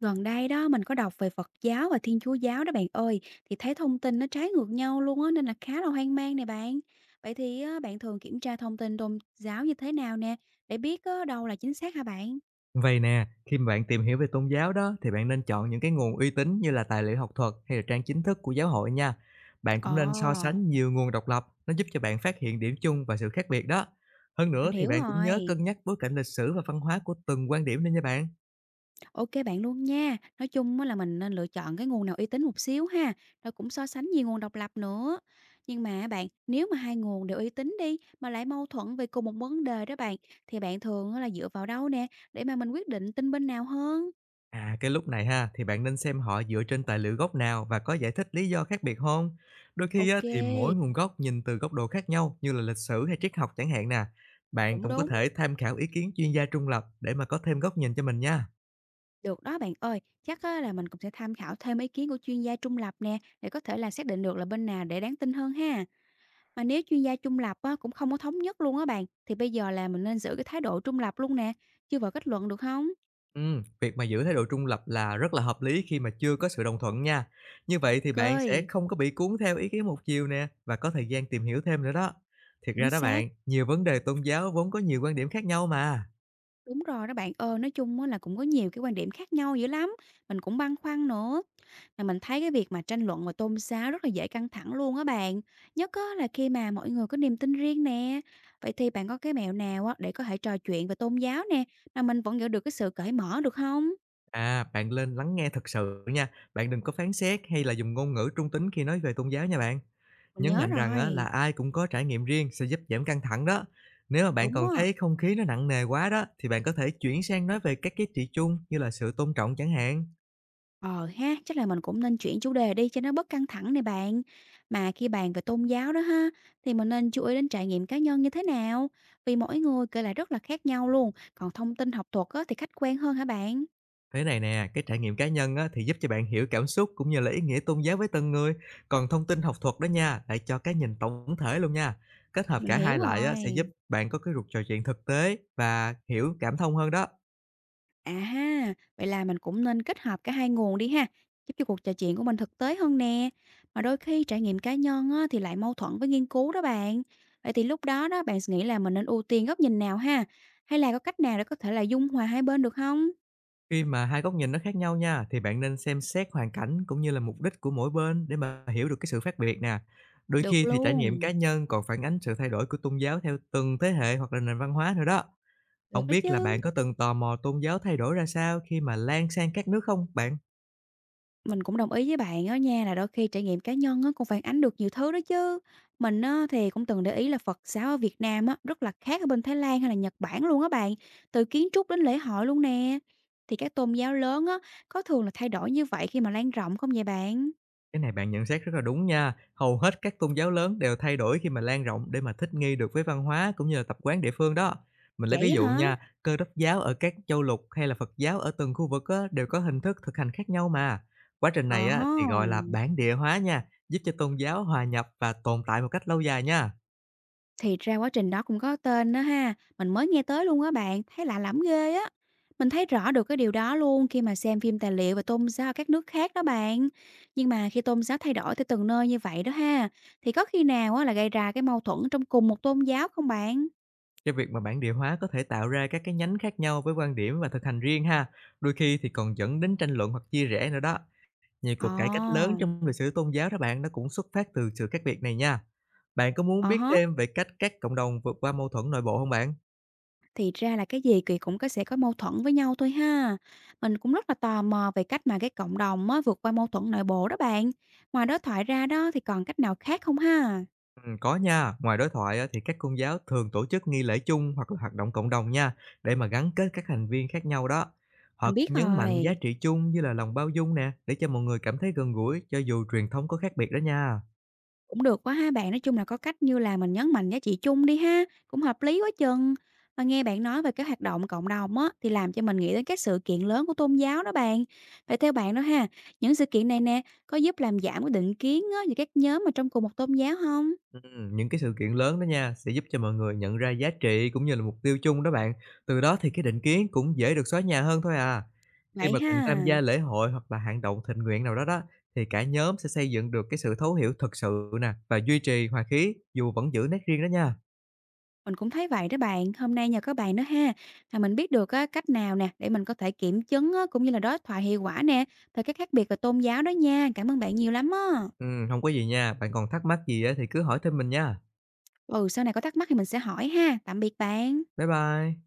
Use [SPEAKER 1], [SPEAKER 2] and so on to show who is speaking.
[SPEAKER 1] Gần đây đó mình có đọc về Phật giáo và Thiên Chúa giáo đó bạn ơi, thì thấy thông tin nó trái ngược nhau luôn á nên là khá là hoang mang nè bạn. Vậy thì á, bạn thường kiểm tra thông tin tôn giáo như thế nào nè để biết á, đâu là chính xác hả bạn?
[SPEAKER 2] Vậy nè, khi mà bạn tìm hiểu về tôn giáo đó thì bạn nên chọn những cái nguồn uy tín như là tài liệu học thuật hay là trang chính thức của giáo hội nha. Bạn
[SPEAKER 1] Ồ,
[SPEAKER 2] cũng nên so sánh nhiều nguồn độc lập, nó giúp cho bạn phát hiện điểm chung và sự khác biệt đó. Hơn
[SPEAKER 1] mình
[SPEAKER 2] nữa thì
[SPEAKER 1] hiểu
[SPEAKER 2] bạn cũng nhớ
[SPEAKER 1] rồi.
[SPEAKER 2] cân nhắc bối cảnh lịch sử và văn hóa của từng quan điểm nên nha bạn.
[SPEAKER 1] Ok bạn luôn nha. Nói chung á là mình nên lựa chọn cái nguồn nào uy tín một xíu ha, rồi cũng so sánh nhiều nguồn độc lập nữa. Nhưng mà bạn, nếu mà hai nguồn đều uy tín đi mà lại mâu thuẫn về cùng một vấn đề đó bạn, thì bạn thường á là dựa vào đâu nè để mà mình quyết định tin bên nào hơn?
[SPEAKER 2] À, cái lúc này ha thì bạn nên xem họ dựa trên tài liệu gốc nào và có giải thích lý do khác biệt không. Đôi khi á, thì mỗi
[SPEAKER 1] OK,
[SPEAKER 2] nguồn gốc nhìn từ góc độ khác nhau như là lịch sử hay triết học chẳng hạn nè. Bạn
[SPEAKER 1] cũng
[SPEAKER 2] cũng có
[SPEAKER 1] đúng.
[SPEAKER 2] thể tham khảo ý kiến chuyên gia trung lập để mà có thêm góc nhìn cho mình nha.
[SPEAKER 1] Được đó bạn ơi, chắc á là mình cũng sẽ tham khảo thêm ý kiến của chuyên gia trung lập nè, để có thể là xác định được là bên nào để đáng tin hơn ha. Mà nếu chuyên gia trung lập á, cũng không có thống nhất luôn á bạn, thì bây giờ là mình nên giữ cái thái độ trung lập luôn nè, chứ vào kết luận được không?
[SPEAKER 2] Việc mà giữ thái độ trung lập là rất là hợp lý khi mà chưa có sự đồng thuận nha. Như vậy thì bạn sẽ
[SPEAKER 1] OK,
[SPEAKER 2] không có bị cuốn theo ý kiến một chiều nè, và có thời gian tìm hiểu thêm nữa đó. Thiệt ra
[SPEAKER 1] chính
[SPEAKER 2] đó
[SPEAKER 1] xác.
[SPEAKER 2] bạn, nhiều vấn đề tôn giáo vốn có nhiều quan điểm khác nhau mà.
[SPEAKER 1] Đúng rồi đó bạn ơi, nói chung á là cũng có nhiều cái quan điểm khác nhau dữ lắm, mình cũng băn khoăn nữa. Mà mình thấy cái việc mà tranh luận về tôn giáo rất là dễ căng thẳng luôn á bạn, nhất á là khi mà mọi người có niềm tin riêng nè. Vậy thì bạn có cái mẹo nào á để có thể trò chuyện về tôn giáo nè, mà mình vẫn giữ được cái sự cởi mở được không?
[SPEAKER 2] À, bạn lên lắng nghe thật sự nha. Bạn đừng có phán xét hay là dùng ngôn ngữ trung tính khi nói về tôn giáo nha bạn.
[SPEAKER 1] Mình
[SPEAKER 2] Nhấn
[SPEAKER 1] nhớ
[SPEAKER 2] mạnh rằng á, là
[SPEAKER 1] rồi,
[SPEAKER 2] ai cũng có trải nghiệm riêng sẽ giúp giảm căng thẳng đó. Nếu mà bạn
[SPEAKER 1] đúng
[SPEAKER 2] còn
[SPEAKER 1] á.
[SPEAKER 2] thấy không khí nó nặng nề quá đó, thì bạn có thể chuyển sang nói về các giá trị chung như là sự tôn trọng chẳng hạn.
[SPEAKER 1] Ờ ha, chắc là mình cũng nên chuyển chủ đề đi cho nó bớt căng thẳng này bạn. Mà khi bàn về tôn giáo đó ha, thì mình nên chú ý đến trải nghiệm cá nhân như thế nào? Vì mỗi người kể lại rất là khác nhau luôn, còn thông tin học thuật á, thì khách quan hơn hả bạn?
[SPEAKER 2] Thế này nè, cái trải nghiệm cá nhân á, thì giúp cho bạn hiểu cảm xúc cũng như là ý nghĩa tôn giáo với từng người. Còn thông tin học thuật đó nha, lại cho cái nhìn tổng thể luôn nha. Kết hợp
[SPEAKER 1] Mình
[SPEAKER 2] cả hai
[SPEAKER 1] hiểu
[SPEAKER 2] lại á, sẽ giúp
[SPEAKER 1] rồi.
[SPEAKER 2] bạn có cái cuộc trò chuyện thực tế và hiểu cảm thông hơn đó.
[SPEAKER 1] À ha, vậy là mình cũng nên kết hợp cả hai nguồn đi ha, giúp cho cuộc trò chuyện của mình thực tế hơn nè. Mà đôi khi trải nghiệm cá nhân á, thì lại mâu thuẫn với nghiên cứu đó bạn. Vậy thì lúc đó đó, bạn nghĩ là mình nên ưu tiên góc nhìn nào ha? Hay là có cách nào để có thể là dung hòa hai bên được không?
[SPEAKER 2] Khi mà hai góc nhìn nó khác nhau nha, thì bạn nên xem xét hoàn cảnh cũng như là mục đích của mỗi bên để mà hiểu được cái sự khác biệt nè. Đôi
[SPEAKER 1] Được
[SPEAKER 2] khi thì trải nghiệm cá
[SPEAKER 1] luôn,
[SPEAKER 2] nhân còn phản ánh sự thay đổi của tôn giáo theo từng thế hệ hoặc là nền văn hóa nữa đó.
[SPEAKER 1] được
[SPEAKER 2] Không
[SPEAKER 1] đó
[SPEAKER 2] biết là
[SPEAKER 1] chứ.
[SPEAKER 2] bạn có từng tò mò tôn giáo thay đổi ra sao khi mà lan sang các nước không bạn?
[SPEAKER 1] Mình cũng đồng ý với bạn đó nha là đôi khi trải nghiệm cá nhân á cũng phản ánh được nhiều thứ đó chứ. Mình á thì cũng từng để ý là Phật giáo ở Việt Nam á rất là khác ở bên Thái Lan hay là Nhật Bản luôn á bạn, từ kiến trúc đến lễ hội luôn nè. Thì các tôn giáo lớn á có thường là thay đổi như vậy khi mà lan rộng không vậy bạn?
[SPEAKER 2] Cái này bạn nhận xét rất là đúng nha. Hầu hết các tôn giáo lớn đều thay đổi khi mà lan rộng để mà thích nghi được với văn hóa cũng như là tập quán địa phương đó. Mình lấy
[SPEAKER 1] Vậy
[SPEAKER 2] ví
[SPEAKER 1] á
[SPEAKER 2] dụ
[SPEAKER 1] hả?
[SPEAKER 2] nha, Cơ đốc giáo ở các châu lục hay là Phật giáo ở từng khu vực á, đều có hình thức thực hành khác nhau mà. Quá trình
[SPEAKER 1] Ờ
[SPEAKER 2] này á,
[SPEAKER 1] ha.
[SPEAKER 2] thì gọi là bản địa hóa nha, giúp cho tôn giáo hòa nhập và tồn tại một cách lâu dài nha.
[SPEAKER 1] Thì ra quá trình đó cũng có tên đó ha, mình mới nghe tới luôn á bạn, thấy lạ lẫm ghê á. Mình thấy rõ được cái điều đó luôn khi mà xem phim tài liệu về tôn giáo ở các nước khác đó bạn. Nhưng mà khi tôn giáo thay đổi theo từng nơi như vậy đó ha, thì có khi nào á là gây ra cái mâu thuẫn trong cùng một tôn giáo không bạn?
[SPEAKER 2] Cái việc mà bản địa hóa có thể tạo ra các cái nhánh khác nhau với quan điểm và thực hành riêng ha, đôi khi thì còn dẫn đến tranh luận hoặc chia rẽ nữa đó. Nhiều cuộc cải cách
[SPEAKER 1] Ồ,
[SPEAKER 2] lớn trong lịch sử tôn giáo đó bạn, nó cũng xuất phát từ sự khác biệt này nha. Bạn có muốn
[SPEAKER 1] ờ
[SPEAKER 2] biết
[SPEAKER 1] hớ,
[SPEAKER 2] thêm về cách các cộng đồng vượt qua mâu thuẫn nội bộ không bạn?
[SPEAKER 1] thì ra là cái gì kỳ cũng có sẽ có mâu thuẫn với nhau thôi ha. Mình cũng rất là tò mò về cách mà cái cộng đồng á vượt qua mâu thuẫn nội bộ đó bạn. Ngoài đối thoại ra đó thì còn cách nào khác không ha?
[SPEAKER 2] Có nha, ngoài đối thoại á, thì các tôn giáo thường tổ chức nghi lễ chung hoặc là hoạt động cộng đồng nha, để mà gắn kết các thành viên khác nhau đó. Họ
[SPEAKER 1] Mình
[SPEAKER 2] cũng
[SPEAKER 1] biết
[SPEAKER 2] nhấn mạnh giá
[SPEAKER 1] rồi.
[SPEAKER 2] trị chung như là lòng bao dung nè, để cho mọi người cảm thấy gần gũi cho dù truyền thống có khác biệt đó nha.
[SPEAKER 1] Cũng được quá ha bạn, nói chung là có cách như là mình nhấn mạnh giá trị chung đi ha, cũng hợp lý quá chừng. Mà nghe bạn nói về cái hoạt động cộng đồng á, thì làm cho mình nghĩ đến các sự kiện lớn của tôn giáo đó bạn. Vậy theo bạn đó ha, những sự kiện này nè, có giúp làm giảm cái định kiến á, về các nhóm mà trong cùng một tôn giáo không?
[SPEAKER 2] Những cái sự kiện lớn đó nha, sẽ giúp cho mọi người nhận ra giá trị cũng như là mục tiêu chung đó bạn. Từ đó thì cái định kiến cũng dễ được xóa nhà hơn thôi à. Khi
[SPEAKER 1] Vậy
[SPEAKER 2] mà cùng tham
[SPEAKER 1] ha,
[SPEAKER 2] gia lễ hội hoặc là hành động tình nguyện nào đó đó, thì cả nhóm sẽ xây dựng được cái sự thấu hiểu thực sự nè, và duy trì hòa khí dù vẫn giữ nét riêng đó nha.
[SPEAKER 1] mình cũng thấy vậy đó bạn. Hôm nay nhờ các bạn đó ha, mà mình biết được á, cách nào nè, để mình có thể kiểm chứng á, cũng như là đối thoại hiệu quả nè, về các khác biệt về tôn giáo đó nha. Cảm ơn bạn nhiều lắm á.
[SPEAKER 2] Không có gì nha, bạn còn thắc mắc gì á thì cứ hỏi thêm mình nha.
[SPEAKER 1] Ừ, sau này có thắc mắc thì mình sẽ hỏi ha. Tạm biệt bạn.
[SPEAKER 2] Bye bye.